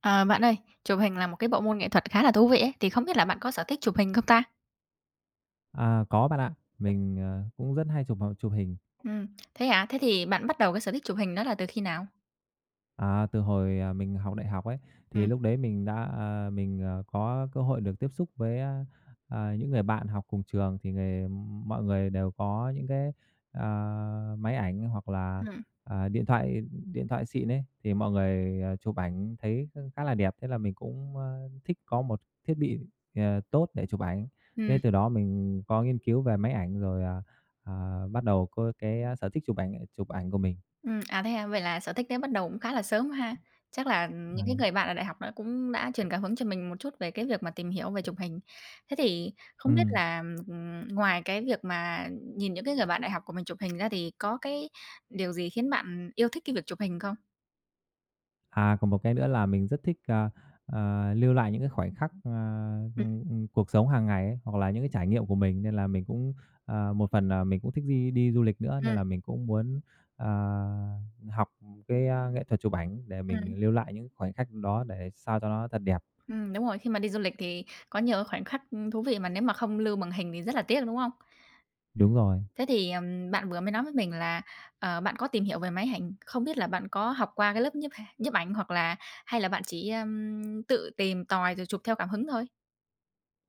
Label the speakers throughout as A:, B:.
A: À, bạn ơi, chụp hình là một cái bộ môn nghệ thuật khá là thú vị ấy, thì không biết là bạn có sở thích chụp hình không ta?
B: Có bạn ạ. Mình cũng rất hay chụp hình.
A: Ừm, thế hả? Thế thì bạn bắt đầu cái sở thích chụp hình đó là từ khi nào?
B: Từ hồi mình học đại học ấy, thì
A: Ừm,
B: lúc đấy mình đã mình có cơ hội được tiếp xúc với những người bạn học cùng trường, thì mọi người đều có những cái máy ảnh hoặc là,
A: ừm,
B: à, điện thoại điện thoại xịn ấy, thì mọi người chụp ảnh thấy khá là đẹp. Thế là mình cũng thích có một thiết bị tốt để chụp ảnh. Thế
A: ừm,
B: từ đó mình có nghiên cứu về máy ảnh rồi, bắt đầu có cái sở thích chụp ảnh của mình.
A: à, thế hả? Vậy là sở thích đấy bắt đầu cũng khá là sớm ha? Chắc là
B: Ờ.
A: những cái người bạn ở đại học nó cũng đã truyền cảm hứng cho mình một chút về cái việc mà tìm hiểu về chụp hình. Thế thì không biết
B: Ừm.
A: là, ngoài cái việc mà nhìn những cái người bạn đại học của mình chụp hình ra thì có cái điều gì khiến bạn yêu thích cái việc chụp hình không?
B: Còn một cái nữa là mình rất thích, lưu lại những cái khoảnh khắc,
A: Ừm,
B: cuộc sống hàng ngày ấy, hoặc là những cái trải nghiệm của mình, nên là mình cũng một phần là mình cũng thích đi đi du lịch nữa, nên
A: ừm,
B: là mình cũng muốn, à, học cái nghệ thuật chụp ảnh để
A: ừm.
B: mình lưu lại những khoảnh khắc đó để sao cho nó thật đẹp.
A: Đúng rồi, khi mà đi du lịch thì có nhiều cái khoảnh khắc, thú vị mà nếu mà không lưu bằng hình thì rất là tiếc, đúng không? Ừm.
B: Đúng rồi.
A: Thế thì, bạn vừa mới nói với mình là, bạn có tìm hiểu về máy ảnh, không biết là bạn có học qua cái lớp nhiếp ảnh hoặc là hay là bạn chỉ, tự tìm tòi rồi chụp theo cảm hứng thôi?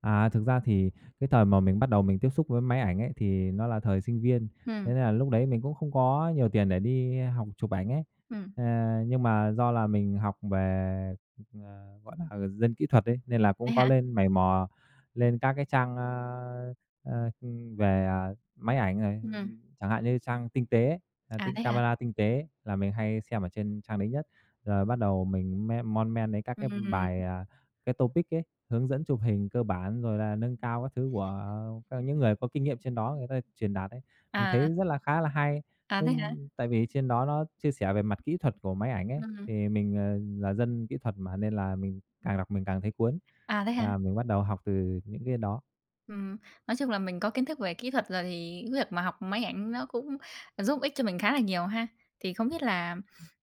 B: Thực ra thì cái thời mà mình bắt đầu mình tiếp xúc với máy ảnh ấy, thì nó là thời sinh viên, thế
A: Ừm,
B: nên là lúc đấy mình cũng không có nhiều tiền để đi học chụp ảnh ấy.
A: ừm.
B: Ờ, nhưng mà do là mình học về, ờ, gọi là, dân kỹ thuật ấy, nên là
A: Thế
B: cũng
A: hả?
B: có lên mày mò lên các cái trang, ơ, ơ, về máy ảnh này,
A: Ừm.
B: chẳng hạn như trang Tinh Tế ấy,
A: À,
B: Tinh
A: thế hả?
B: Camera Tinh Tế là mình hay xem ở trên trang đấy nhất. Rồi bắt đầu mình mon men đến các cái
A: Ừm.
B: bài, cái topic ấy, hướng dẫn chụp hình cơ bản rồi là nâng cao các thứ của những người có kinh nghiệm trên đó người ta truyền đạt ấy, mình
A: À,
B: thấy rất là khá là hay.
A: à, thế hả?
B: Tại vì trên đó nó chia sẻ về mặt kỹ thuật của máy ảnh ấy,
A: Ừm.
B: thì mình là dân kỹ thuật mà nên là mình càng đọc mình càng thấy cuốn
A: À, thế hả?
B: mình bắt đầu học từ những cái đó.
A: Ừm, nói chung là mình có kiến thức về kỹ thuật rồi thì cái việc mà học máy ảnh nó cũng giúp ích cho mình khá là nhiều ha. Thì không biết là,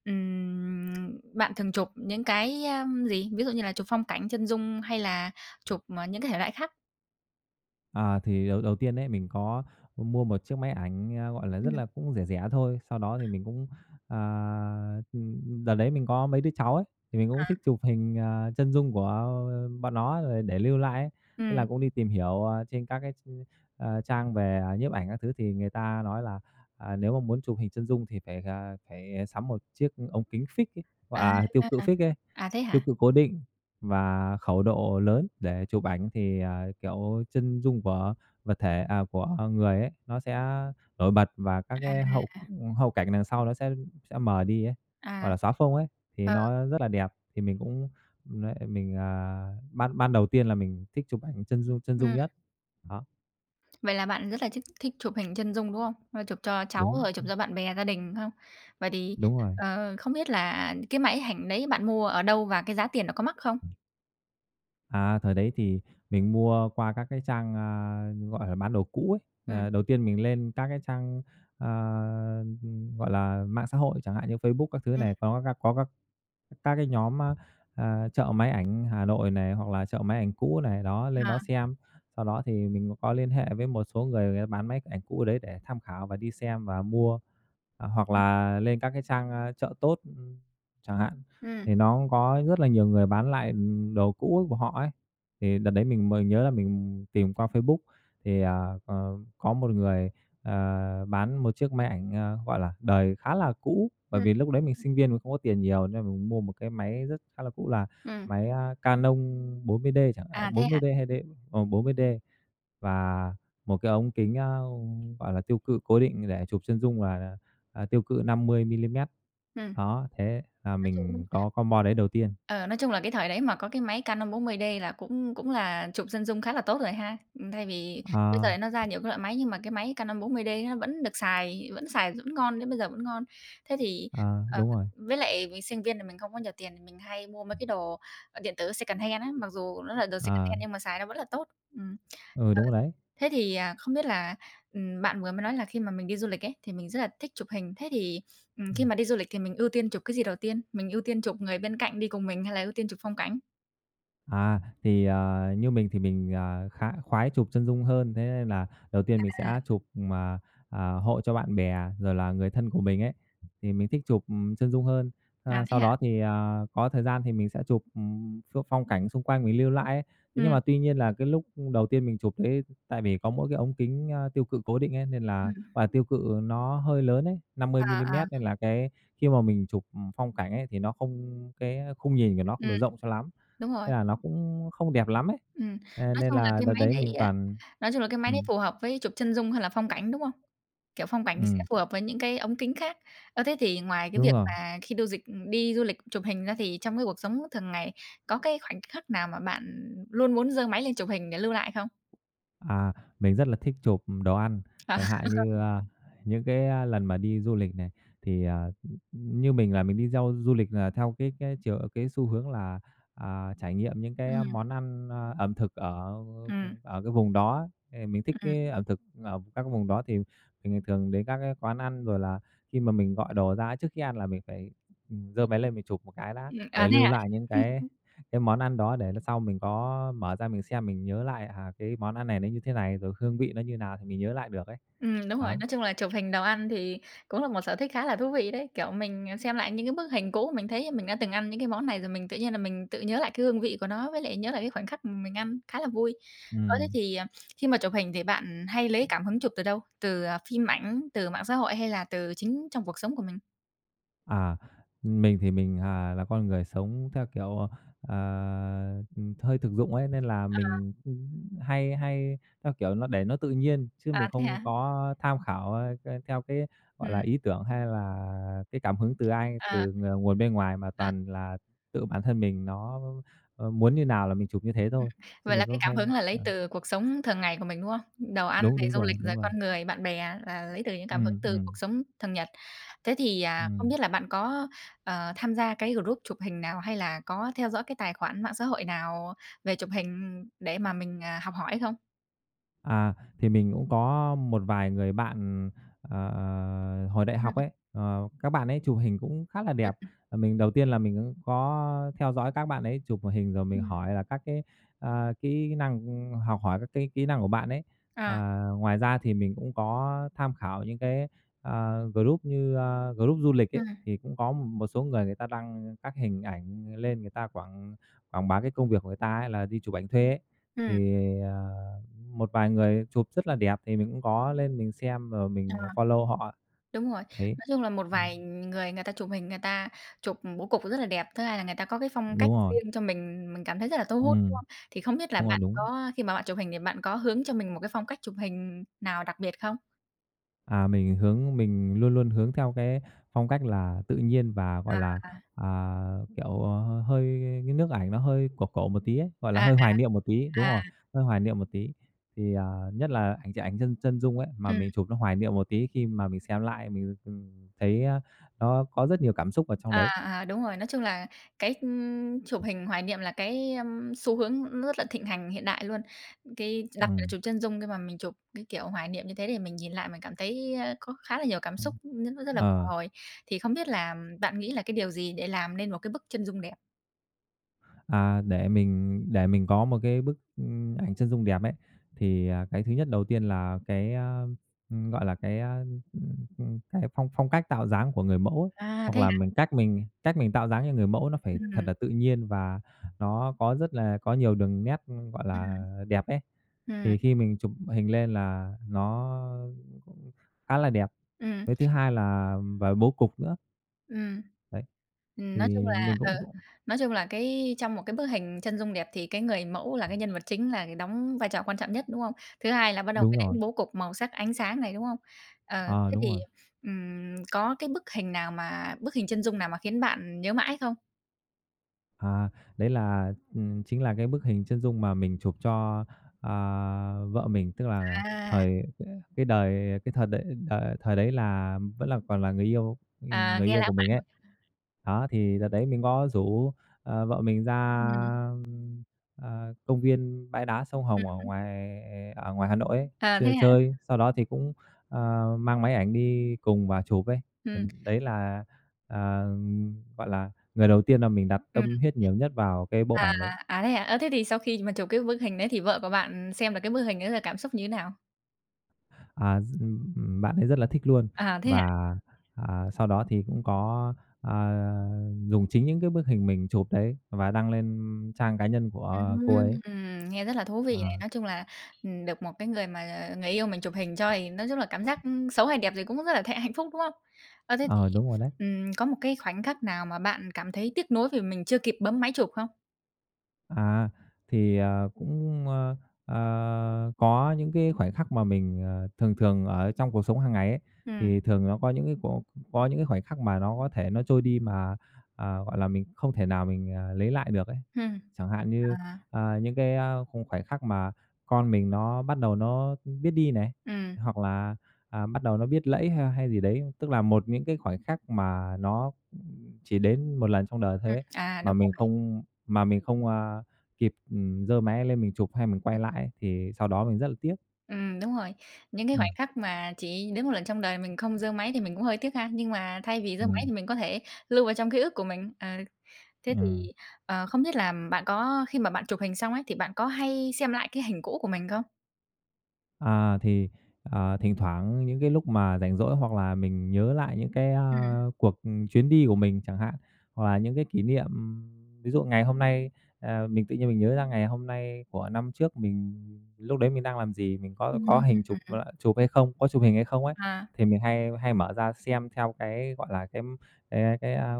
A: bạn thường chụp những cái, gì? Ví dụ như là chụp phong cảnh, chân dung hay là chụp, những cái thể loại khác?
B: Thì đầu đầu tiên đấy mình có mua một chiếc máy ảnh gọi là, rất
A: Ừm.
B: là cũng rẻ rẻ thôi. Sau đó thì mình cũng, đợt đấy mình có mấy đứa cháu ấy, thì mình cũng thích chụp hình chân dung của bọn nó rồi để lưu lại ấy. Thế
A: Ừm,
B: là cũng đi tìm hiểu trên các cái trang về nhiếp ảnh các thứ, thì người ta nói là nếu mà muốn chụp hình chân dung thì phải sắm một chiếc ống kính fix ấy, gọi
A: à,
B: là tiêu cự fix ấy,
A: à, thế
B: tiêu
A: hả?
B: cự cố định và khẩu độ lớn để chụp ảnh thì kiểu, chân dung của vật thể của người ấy, nó sẽ nổi bật và các cái hậu hậu cảnh đằng sau nó sẽ mờ đi ấy, gọi
A: À.
B: là, xóa phông ấy, thì
A: Ờ,
B: nó rất là đẹp. Thì mình cũng đấy, mình ban ban đầu tiên là mình thích chụp ảnh chân dung
A: ừm,
B: nhất. Đó,
A: vậy là bạn rất là thích thích chụp hình chân dung, đúng không? Ờ, chụp cho cháu
B: đúng,
A: rồi chụp cho bạn bè, gia đình không? Vậy thì,
B: đúng rồi.
A: không biết là cái máy ảnh đấy bạn mua ở đâu và cái giá tiền nó có mắc không?
B: Thời đấy thì mình mua qua các cái trang gọi là, bán đồ cũ ấy.
A: Ừm.
B: Ờ, đầu tiên mình lên các cái trang, ờ, gọi là, mạng xã hội chẳng hạn như Facebook các thứ
A: Ừm,
B: này, có các cái nhóm, chợ máy ảnh Hà Nội này, hoặc là chợ máy ảnh cũ này, đó, lên đó
A: à,
B: xem. Sau đó thì mình có liên hệ với một số người, người ta bán máy ảnh cũ ở đấy để tham khảo và đi xem và mua. Hoặc
A: ừm,
B: là lên các cái trang, Chợ Tốt, chẳng hạn,
A: Ừm,
B: thì nó cũng có rất là nhiều người bán lại, đồ cũ của họ ấy. Thì đợt đấy mình mới nhớ là mình tìm qua Facebook thì, có một người bán một chiếc máy ảnh gọi là, đời khá là cũ, bởi
A: ừm,
B: vì lúc đấy mình sinh viên mình không có tiền nhiều nên mình mua một cái máy rất khá là cũ là
A: ừm.
B: máy Canon 40D chẳng à,
A: À, thế hả?
B: 40D hay D 40D và một cái ống kính gọi là, tiêu cự cố định để chụp chân dung là tiêu cự 50 mi-li-mét.
A: Ừm.
B: Đó, thế là
A: Nói chung
B: mình có combo đấy đầu tiên.
A: Ờ, nói chung là cái thời đấy mà có cái máy Canon 40D là cũng cũng là chụp chân dung khá là tốt rồi ha. Thay vì bây
B: Ờ,
A: giờ nó ra nhiều cái loại máy nhưng mà cái máy Canon 40D nó vẫn được xài, vẫn ngon, đến bây giờ vẫn ngon. Thế thì,
B: ờ,
A: ờ,
B: đúng rồi,
A: với lại mình sinh viên thì mình không có nhiều tiền thì mình hay mua mấy cái đồ, điện tử secondhand á, mặc dù nó là đồ
B: ờ,
A: secondhand nhưng mà xài nó vẫn là tốt. Ừm.
B: ừ,
A: Ờ,
B: đúng rồi đấy.
A: thế thì, không biết là, bạn vừa mới nói là khi mà mình đi du lịch ấy, thì mình rất là thích chụp hình. Thế thì khi
B: Ừm.
A: mà đi du lịch thì mình ưu tiên chụp cái gì đầu tiên? Mình ưu tiên chụp người bên cạnh đi cùng mình hay là ưu tiên chụp phong cảnh?
B: Như mình thì mình khá khoái chụp chân dung hơn, thế nên là đầu tiên mình
A: À.
B: sẽ chụp mà hộ cho bạn bè rồi là người thân của mình ấy, thì mình thích chụp, chân dung hơn.
A: À, thế
B: Sau
A: hả?
B: đó thì có thời gian thì mình sẽ chụp, phong cảnh xung quanh mình lưu lại ấy.
A: Ừ.
B: Thế nhưng mà tuy nhiên là cái lúc đầu tiên mình chụp đấy, tại vì có mỗi cái ống kính tiêu cự cố định ấy, nên là
A: ừm,
B: và tiêu cự nó hơi lớn ấy, 50
A: à, à,
B: mi-li-mét nên là cái khi mà mình chụp, phong cảnh ấy thì nó không cái khung nhìn của nó không
A: ừm,
B: được rộng cho lắm.
A: đúng rồi,
B: Thế là nó cũng không đẹp lắm ấy.
A: Ừ.
B: Thế
A: Nói
B: nên
A: chung là
B: là
A: cái
B: đợt
A: máy
B: đấy
A: đấy,
B: mình toàn
A: nói chung là cái máy đấy
B: ừm,
A: phù hợp với chụp chân dung hay là phong cảnh, đúng không? Kiểu, phong cảnh thì sẽ
B: ừm,
A: phù hợp với những cái ống kính khác. Ơ, thế thì ngoài cái
B: đúng
A: việc
B: rồi.
A: mà khi du dịch đi du lịch chụp hình ra thì trong cái cuộc sống thường ngày có cái khoảnh khắc nào mà bạn luôn muốn giơ máy lên chụp hình để lưu lại không?
B: À, mình rất là thích chụp đồ ăn, chẳng hạn như những cái lần mà đi du lịch này, thì như mình là mình đi theo du lịch là theo cái xu hướng là trải nghiệm những
A: Ờ, Ừ.
B: cái món ăn ẩm thực ở
A: ừm,
B: ở cái vùng đó. Thì mình thích
A: ừm,
B: cái ẩm thực ở các cái vùng đó thì mình thường đến các cái quán ăn, rồi là khi mà mình gọi đồ ra, trước khi ăn là mình phải, giơ máy lên mình chụp một cái đã
A: à,
B: để
A: thế
B: lưu
A: hả?
B: lại những cái món ăn đó để lần sau mình có mở ra mình xem, mình nhớ lại cái món ăn này nó như thế này, rồi hương vị nó như nào thì mình nhớ lại được ấy.
A: Đúng rồi,
B: Đó,
A: nói chung là chụp hình đồ ăn thì cũng là một sở thích khá là thú vị đấy. Kiểu, mình, xem lại những cái bức hình cũ mình thấy mình đã từng ăn những cái món này rồi mình tự nhiên là mình tự nhớ lại cái hương vị của nó, với lại nhớ lại cái khoảnh khắc mình ăn, khá là vui. Ơ, thế
B: ừm.
A: thì, khi mà chụp hình thì bạn hay lấy cảm hứng chụp từ đâu? Từ, phim ảnh, từ mạng xã hội hay là từ chính trong cuộc sống của mình?
B: À, mình thì mình là con người sống theo kiểu, ờ, hơi thực dụng ấy, nên là mình, hay hay theo kiểu nó để nó tự nhiên, chứ
A: À,
B: mình
A: thế
B: không
A: hả?
B: có tham khảo theo cái, gọi là,
A: Ừm,
B: ý tưởng hay là cái cảm hứng từ ai,
A: à.
B: từ nguồn bên ngoài, mà
A: À.
B: toàn là tự bản thân mình nó muốn như nào là mình chụp như thế thôi, chứ
A: Vậy là
B: mình
A: cái
B: cũng
A: cảm
B: không
A: hứng là lấy từ cuộc sống thường ngày của mình, đúng không? Đồ ăn
B: đúng,
A: này,
B: đúng
A: du lịch,
B: rồi,
A: rồi
B: đúng rồi.
A: con người, bạn bè là lấy từ những cảm hứng
B: Ừm,
A: từ
B: ừm,
A: cuộc sống thường nhật. Thế thì, không
B: ừm.
A: biết là bạn có, tham gia cái group chụp hình nào hay là có theo dõi cái tài khoản mạng xã hội nào về chụp hình để mà mình, học hỏi không?
B: À, thì mình cũng có một vài người bạn hồi đại
A: Ừm,
B: học ấy, ờ, các bạn ấy chụp hình cũng khá là đẹp.
A: ừm,
B: Ờ, mình đầu tiên là mình cũng có theo dõi các bạn ấy chụp hình rồi mình
A: Ừm.
B: hỏi là các cái kỹ năng học hỏi các cái kỹ năng của bạn ấy.
A: Ờ,
B: Ngoài ra thì mình cũng có tham khảo những cái group như group du lịch ấy,
A: ừm,
B: thì cũng có một số người, người ta đăng các hình ảnh lên, người ta quảng quảng bá cái công việc của người ta ấy là đi chụp ảnh thuê ấy.
A: ừm,
B: Thì, ờ một vài người chụp rất là đẹp thì mình cũng có lên mình xem rồi
A: ờ.
B: mình follow họ,
A: Đúng rồi.
B: thấy
A: Nói chung là một
B: ừm,
A: vài người người ta chụp hình, người ta chụp bố cục rất là đẹp, thứ hai là người ta có cái phong cách
B: đúng rồi,
A: riêng cho mình cảm thấy rất là thu hút, đúng
B: ừm,
A: không? Thì không biết là
B: đúng rồi,
A: bạn
B: đúng.
A: có khi mà bạn chụp hình thì bạn có hướng cho mình một cái phong cách chụp hình nào đặc biệt không?
B: Mình hướng luôn luôn hướng theo cái phong cách là tự nhiên và, gọi
A: À,
B: là, hơi cái nước ảnh nó hơi cổ cổ một tí ấy, gọi là,
A: à, à.
B: hơi hoài niệm một tí, đúng
A: À.
B: rồi, hơi hoài niệm một tí. Thì nhất là ảnh ảnh chân chân dung ấy, mà
A: ừ.
B: mình chụp nó hoài niệm một tí khi mà mình xem lại mình, thấy nó có rất nhiều cảm xúc ở trong
A: À,
B: đấy.
A: à, đúng rồi. Nói chung là cái, chụp hình hoài niệm là cái, xu hướng nó rất là thịnh hành hiện đại luôn. Cái đặc biệt là
B: Ừm,
A: chụp chân dung khi mà mình chụp cái kiểu hoài niệm như thế để mình nhìn lại mình cảm thấy, có khá là nhiều cảm xúc,
B: ừm,
A: nó rất là bồi
B: ờ.
A: hồi. Thì không biết là bạn nghĩ là cái điều gì để làm nên một cái bức chân dung đẹp?
B: Để mình có một cái bức, ưm, ảnh chân dung đẹp ấy, thì cái thứ nhất đầu tiên là cái, gọi là, cái, cái phong phong cách tạo dáng của người mẫu ấy,
A: À, thế
B: hoặc là
A: hả?
B: mình cách mình tạo dáng cho người mẫu nó phải thật
A: Ừ,
B: là tự nhiên và nó có rất là có nhiều đường nét, gọi
A: ừ, ừ,
B: là, đẹp ấy,
A: ừ.
B: thì khi mình chụp hình lên là nó cũng khá là đẹp.
A: ừm,
B: Cái thứ hai là và bố cục nữa, đấy, thì
A: Nói chung là
B: mình
A: ờ,
B: cũng cũng
A: nói chung là cái trong một cái bức hình chân dung đẹp thì cái người mẫu là cái nhân vật chính là đóng vai trò quan trọng nhất, đúng không? Thứ hai là bắt đầu
B: đúng
A: mới
B: rồi,
A: đến bố cục, màu sắc, ánh sáng này, đúng không? Ờ,
B: ờ,
A: thế
B: đúng
A: thì,
B: rồi.
A: có cái bức hình nào mà bức hình chân dung nào mà khiến bạn nhớ mãi không?
B: À, Đấy là, chính là cái bức hình chân dung mà mình chụp cho, à, vợ mình, tức là
A: À,
B: thời cái đời cái thời đấy đời thời đấy là vẫn là còn là
A: à,
B: người
A: nghe
B: yêu
A: lãng
B: của
A: mạn
B: mình ấy.
A: quá.
B: Đó, thì đợt đấy mình có rủ, vợ mình ra,
A: Ừm,
B: ưm, công viên bãi đá sông
A: ừm,
B: Hồng ở ngoài Hà Nội ấy,
A: à, thế
B: chơi
A: hả?
B: chơi, sau đó thì cũng, mang máy ảnh đi cùng và chụp ấy.
A: Ừm,
B: Đấy là, ờ, gọi là, người đầu tiên là mình đặt
A: ừm.
B: tâm huyết nhiều nhất vào cái bộ
A: À,
B: ảnh đấy.
A: à, thế hả? Ơ, thế thì sau khi mà chụp cái bức hình đấy thì vợ của bạn xem được cái bức hình đấy là cảm xúc như thế nào?
B: À, d Bạn ấy rất là thích luôn
A: À, thế
B: và, sau đó thì cũng có, à, dùng chính những cái bức hình mình chụp đấy và đăng lên trang cá nhân của cô
A: Ừm,
B: ấy.
A: nghe rất là thú vị này.
B: Ờ.
A: Nói chung là, được một cái người mà, người yêu mình chụp hình cho thì nói chung là cảm giác, xấu hay đẹp gì cũng rất là hạnh phúc, đúng không? Ơ, thế thì,
B: Ờ, đúng rồi đấy.
A: có một cái khoảnh khắc nào mà bạn cảm thấy tiếc nuối vì mình chưa kịp bấm máy chụp không?
B: À, thì, có những cái khoảnh khắc mà mình, thường thường ở trong cuộc sống hàng ngày ấy,
A: Ừm,
B: thì thường nó có những cái khoảnh khắc mà nó có thể nó trôi đi mà, gọi là, mình không thể nào mình, lấy lại được ấy.
A: Ừm.
B: Chẳng hạn như,
A: À,
B: những cái, khung khoảnh khắc mà con mình nó bắt đầu nó biết đi này,
A: ừm,
B: hoặc là, bắt đầu nó biết lẫy hay hay gì đấy, tức là một những cái khoảnh khắc mà nó, chỉ đến một lần trong đời thôi ấy,
A: à,
B: mà
A: đúng
B: mình
A: rồi.
B: không mà mình không kịp, giơ máy lên mình chụp hay mình quay lại ấy, thì sau đó mình rất là tiếc.
A: Đúng rồi. Những cái
B: Ừm,
A: khoảnh khắc mà chỉ đến một lần trong đời mình không giơ máy thì mình cũng hơi tiếc ha, nhưng mà thay vì giơ máy
B: ừm,
A: thì mình có thể lưu vào trong ký ức của mình. Ờ. Thế
B: ừm.
A: thì, không biết là bạn có khi mà bạn chụp hình xong ấy, thì bạn có hay xem lại cái hình cũ của mình không?
B: Thì, thỉnh thoảng những cái lúc mà rảnh rỗi hoặc là mình nhớ lại những cái,
A: Ừm.
B: cuộc, chuyến đi của mình chẳng hạn, hoặc là những cái kỷ niệm ví dụ ngày hôm nay, mình tự nhiên mình nhớ ra ngày hôm nay của năm trước mình lúc đấy mình đang làm gì, mình
A: Ừm,
B: có
A: ừm,
B: hình chụp
A: ừm.
B: chụp hay không, có chụp hình hay không ấy,
A: À,
B: thì mình hay hay mở ra xem theo cái, gọi là, cái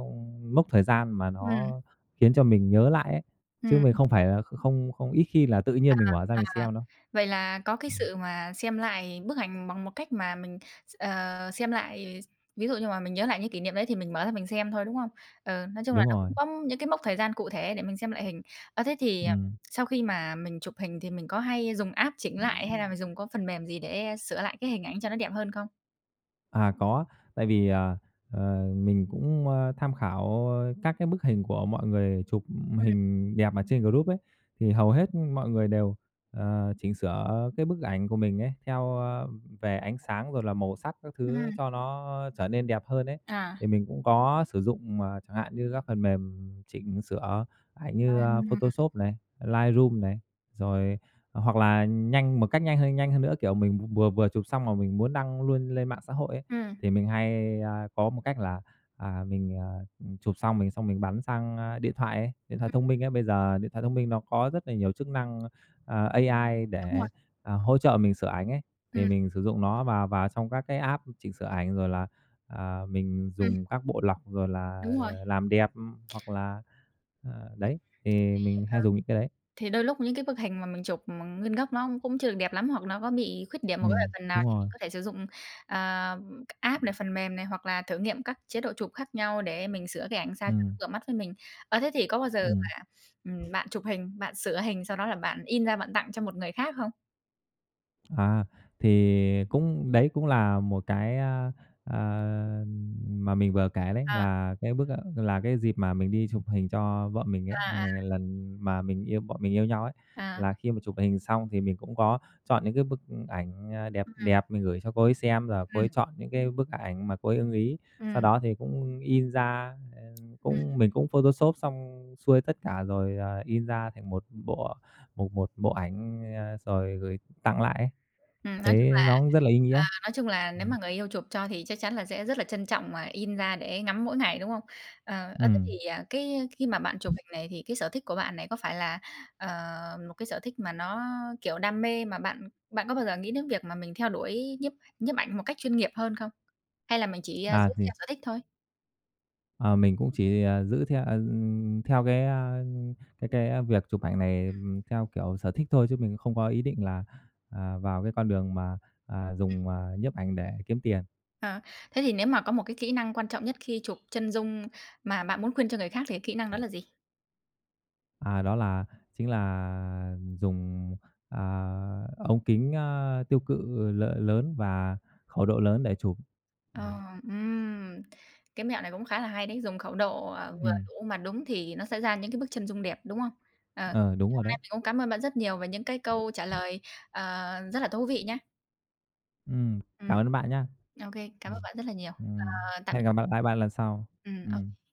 B: mốc thời gian mà
A: ừm,
B: nó khiến cho mình nhớ lại ấy, chứ
A: ừm,
B: mình không phải là không không ít khi là tự nhiên mình mở ra mình
A: à,
B: xem đâu.
A: vậy là có cái
B: Ừm,
A: sự mà xem lại bức ảnh bằng một cách mà mình xem lại ví dụ như mà mình nhớ lại những kỷ niệm đấy thì mình mở ra mình xem thôi, đúng không? Ừ, nói chung là
B: đúng
A: nó cũng
B: rồi.
A: có những cái mốc thời gian cụ thể để mình xem lại hình. Ờ, thế thì,
B: Ừ.
A: sau khi mà mình chụp hình thì mình có hay dùng app chỉnh lại hay là mình dùng có phần mềm gì để sửa lại cái hình ảnh cho nó đẹp hơn không?
B: À, có. Tại vì, mình cũng, tham khảo các cái bức hình của mọi người chụp
A: Ừm,
B: hình đẹp ở trên group ấy, thì hầu hết mọi người đều, chỉnh sửa cái bức ảnh của mình ấy, theo, về ánh sáng rồi là màu sắc các thứ
A: ừm,
B: cho nó trở nên đẹp hơn ấy.
A: à.
B: Thì mình cũng có sử dụng, mà chẳng hạn như các phần mềm chỉnh sửa ảnh như,
A: Ừm,
B: Photoshop này, Lightroom này, rồi hoặc là nhanh một cách nhanh hơn nữa, kiểu, mình vừa vừa chụp xong mà mình muốn đăng luôn lên mạng xã hội ấy,
A: Ừm, ừm,
B: thì mình hay, có một cách là, mình, chụp xong mình bắn sang, điện thoại ấy, điện thoại thông minh ấy. Bây giờ điện thoại thông minh nó có rất là nhiều chức năng, AI
A: đúng rồi,
B: để, hỗ trợ mình sửa ảnh ấy, thì
A: ừm,
B: mình sử dụng nó vào vào trong các cái app chỉnh sửa ảnh, rồi là, mình
A: ừm,
B: dùng các bộ lọc, rồi là,
A: đúng rồi.
B: làm đẹp, ừ, hoặc là, ờ, đấy, thì mình hay dùng những cái đấy.
A: Thì đôi lúc những cái bức hình mà mình chụp mà nguyên gốc nó cũng chưa được đẹp lắm hoặc nó có bị khuyết điểm một cái phần nào
B: Đúng
A: thì mình
B: rồi,
A: có thể sử dụng, ờ, các app này, phần mềm này hoặc là thử nghiệm các chế độ chụp khác nhau để mình sửa cái ảnh sao cho nó
B: ừm,
A: vừa mắt với mình. Ờ, thế thì có bao giờ
B: ừm.
A: mà, bạn chụp hình, bạn sửa hình, sau đó là bạn in ra bạn tặng cho một người khác không?
B: À, thì cũng đấy cũng là một cái, à, mà mình vừa kể đấy,
A: À,
B: là cái bước, là cái dịp mà mình đi chụp hình cho vợ mình ấy,
A: à, à,
B: ng lần mà mình yêu bọn mình yêu nhau ấy,
A: à,
B: là khi mà chụp hình xong thì mình cũng có chọn những cái bức ảnh, đẹp
A: ừm, ừm,
B: đẹp mình gửi cho cô ấy xem, rồi cô ấy chọn những cái bức ảnh mà cô ấy ưng ý. Sau
A: ừm,
B: đó thì cũng in ra, ờ,
A: ừm,
B: cũng mình cũng Photoshop xong xuôi tất cả rồi, in ra thành một bộ ảnh, rồi gửi tặng lại ấy.
A: ừm, nói
B: Thế nó cũng rất là ý nghĩa.
A: Nói chung là nếu
B: Ừm,
A: mà người yêu chụp cho thì chắc chắn là sẽ rất là trân trọng mà in ra để ngắm mỗi ngày, đúng không? Ờ, ơ, thế
B: ừm,
A: thì, cái ờ, khi mà bạn chụp hình này thì cái sở thích của bạn này có phải là, ờ, một cái sở thích mà nó, kiểu, đam mê mà bạn bạn có bao giờ nghĩ đến việc mà mình theo đuổi nhiếp nhiếp ảnh một cách chuyên nghiệp hơn không? Hay là mình chỉ, giữ
B: thì,
A: theo sở thích thôi?
B: ờ, mình cũng chỉ, giữ theo, theo cái, a, cái cái việc chụp ảnh này, theo kiểu sở thích thôi chứ mình không có ý định là, vào cái con đường mà, dùng, nhiếp ảnh để kiếm tiền.
A: Ờ, thế thì nếu mà có một cái kỹ năng quan trọng nhất khi chụp chân dung mà bạn muốn khuyên cho người khác thì cái kỹ năng đó là gì?
B: À, đó là chính là dùng, à, ống kính, tiêu cự lớn và khẩu độ lớn để chụp. Ờ,
A: Ờ, ừm, cái mẹo này cũng khá là hay đấy, dùng khẩu độ, vừa
B: ừm,
A: đủ mà đúng thì nó sẽ ra những cái bức chân dung đẹp, đúng không? Ờ,
B: ờ, đúng
A: hôm
B: rồi đấy.
A: nay mình cũng cảm ơn bạn rất nhiều về những cái câu trả lời, ờ, rất là thú vị nhá.
B: Ừm,
A: Ừm.
B: cảm ơn bạn nhá.
A: Ô kê, cảm
B: Ừm,
A: ơn bạn rất là nhiều. Ờ,
B: ừm,
A: tạm
B: hẹn gặp bạn lần sau.
A: ừm. OK.
B: Ừm.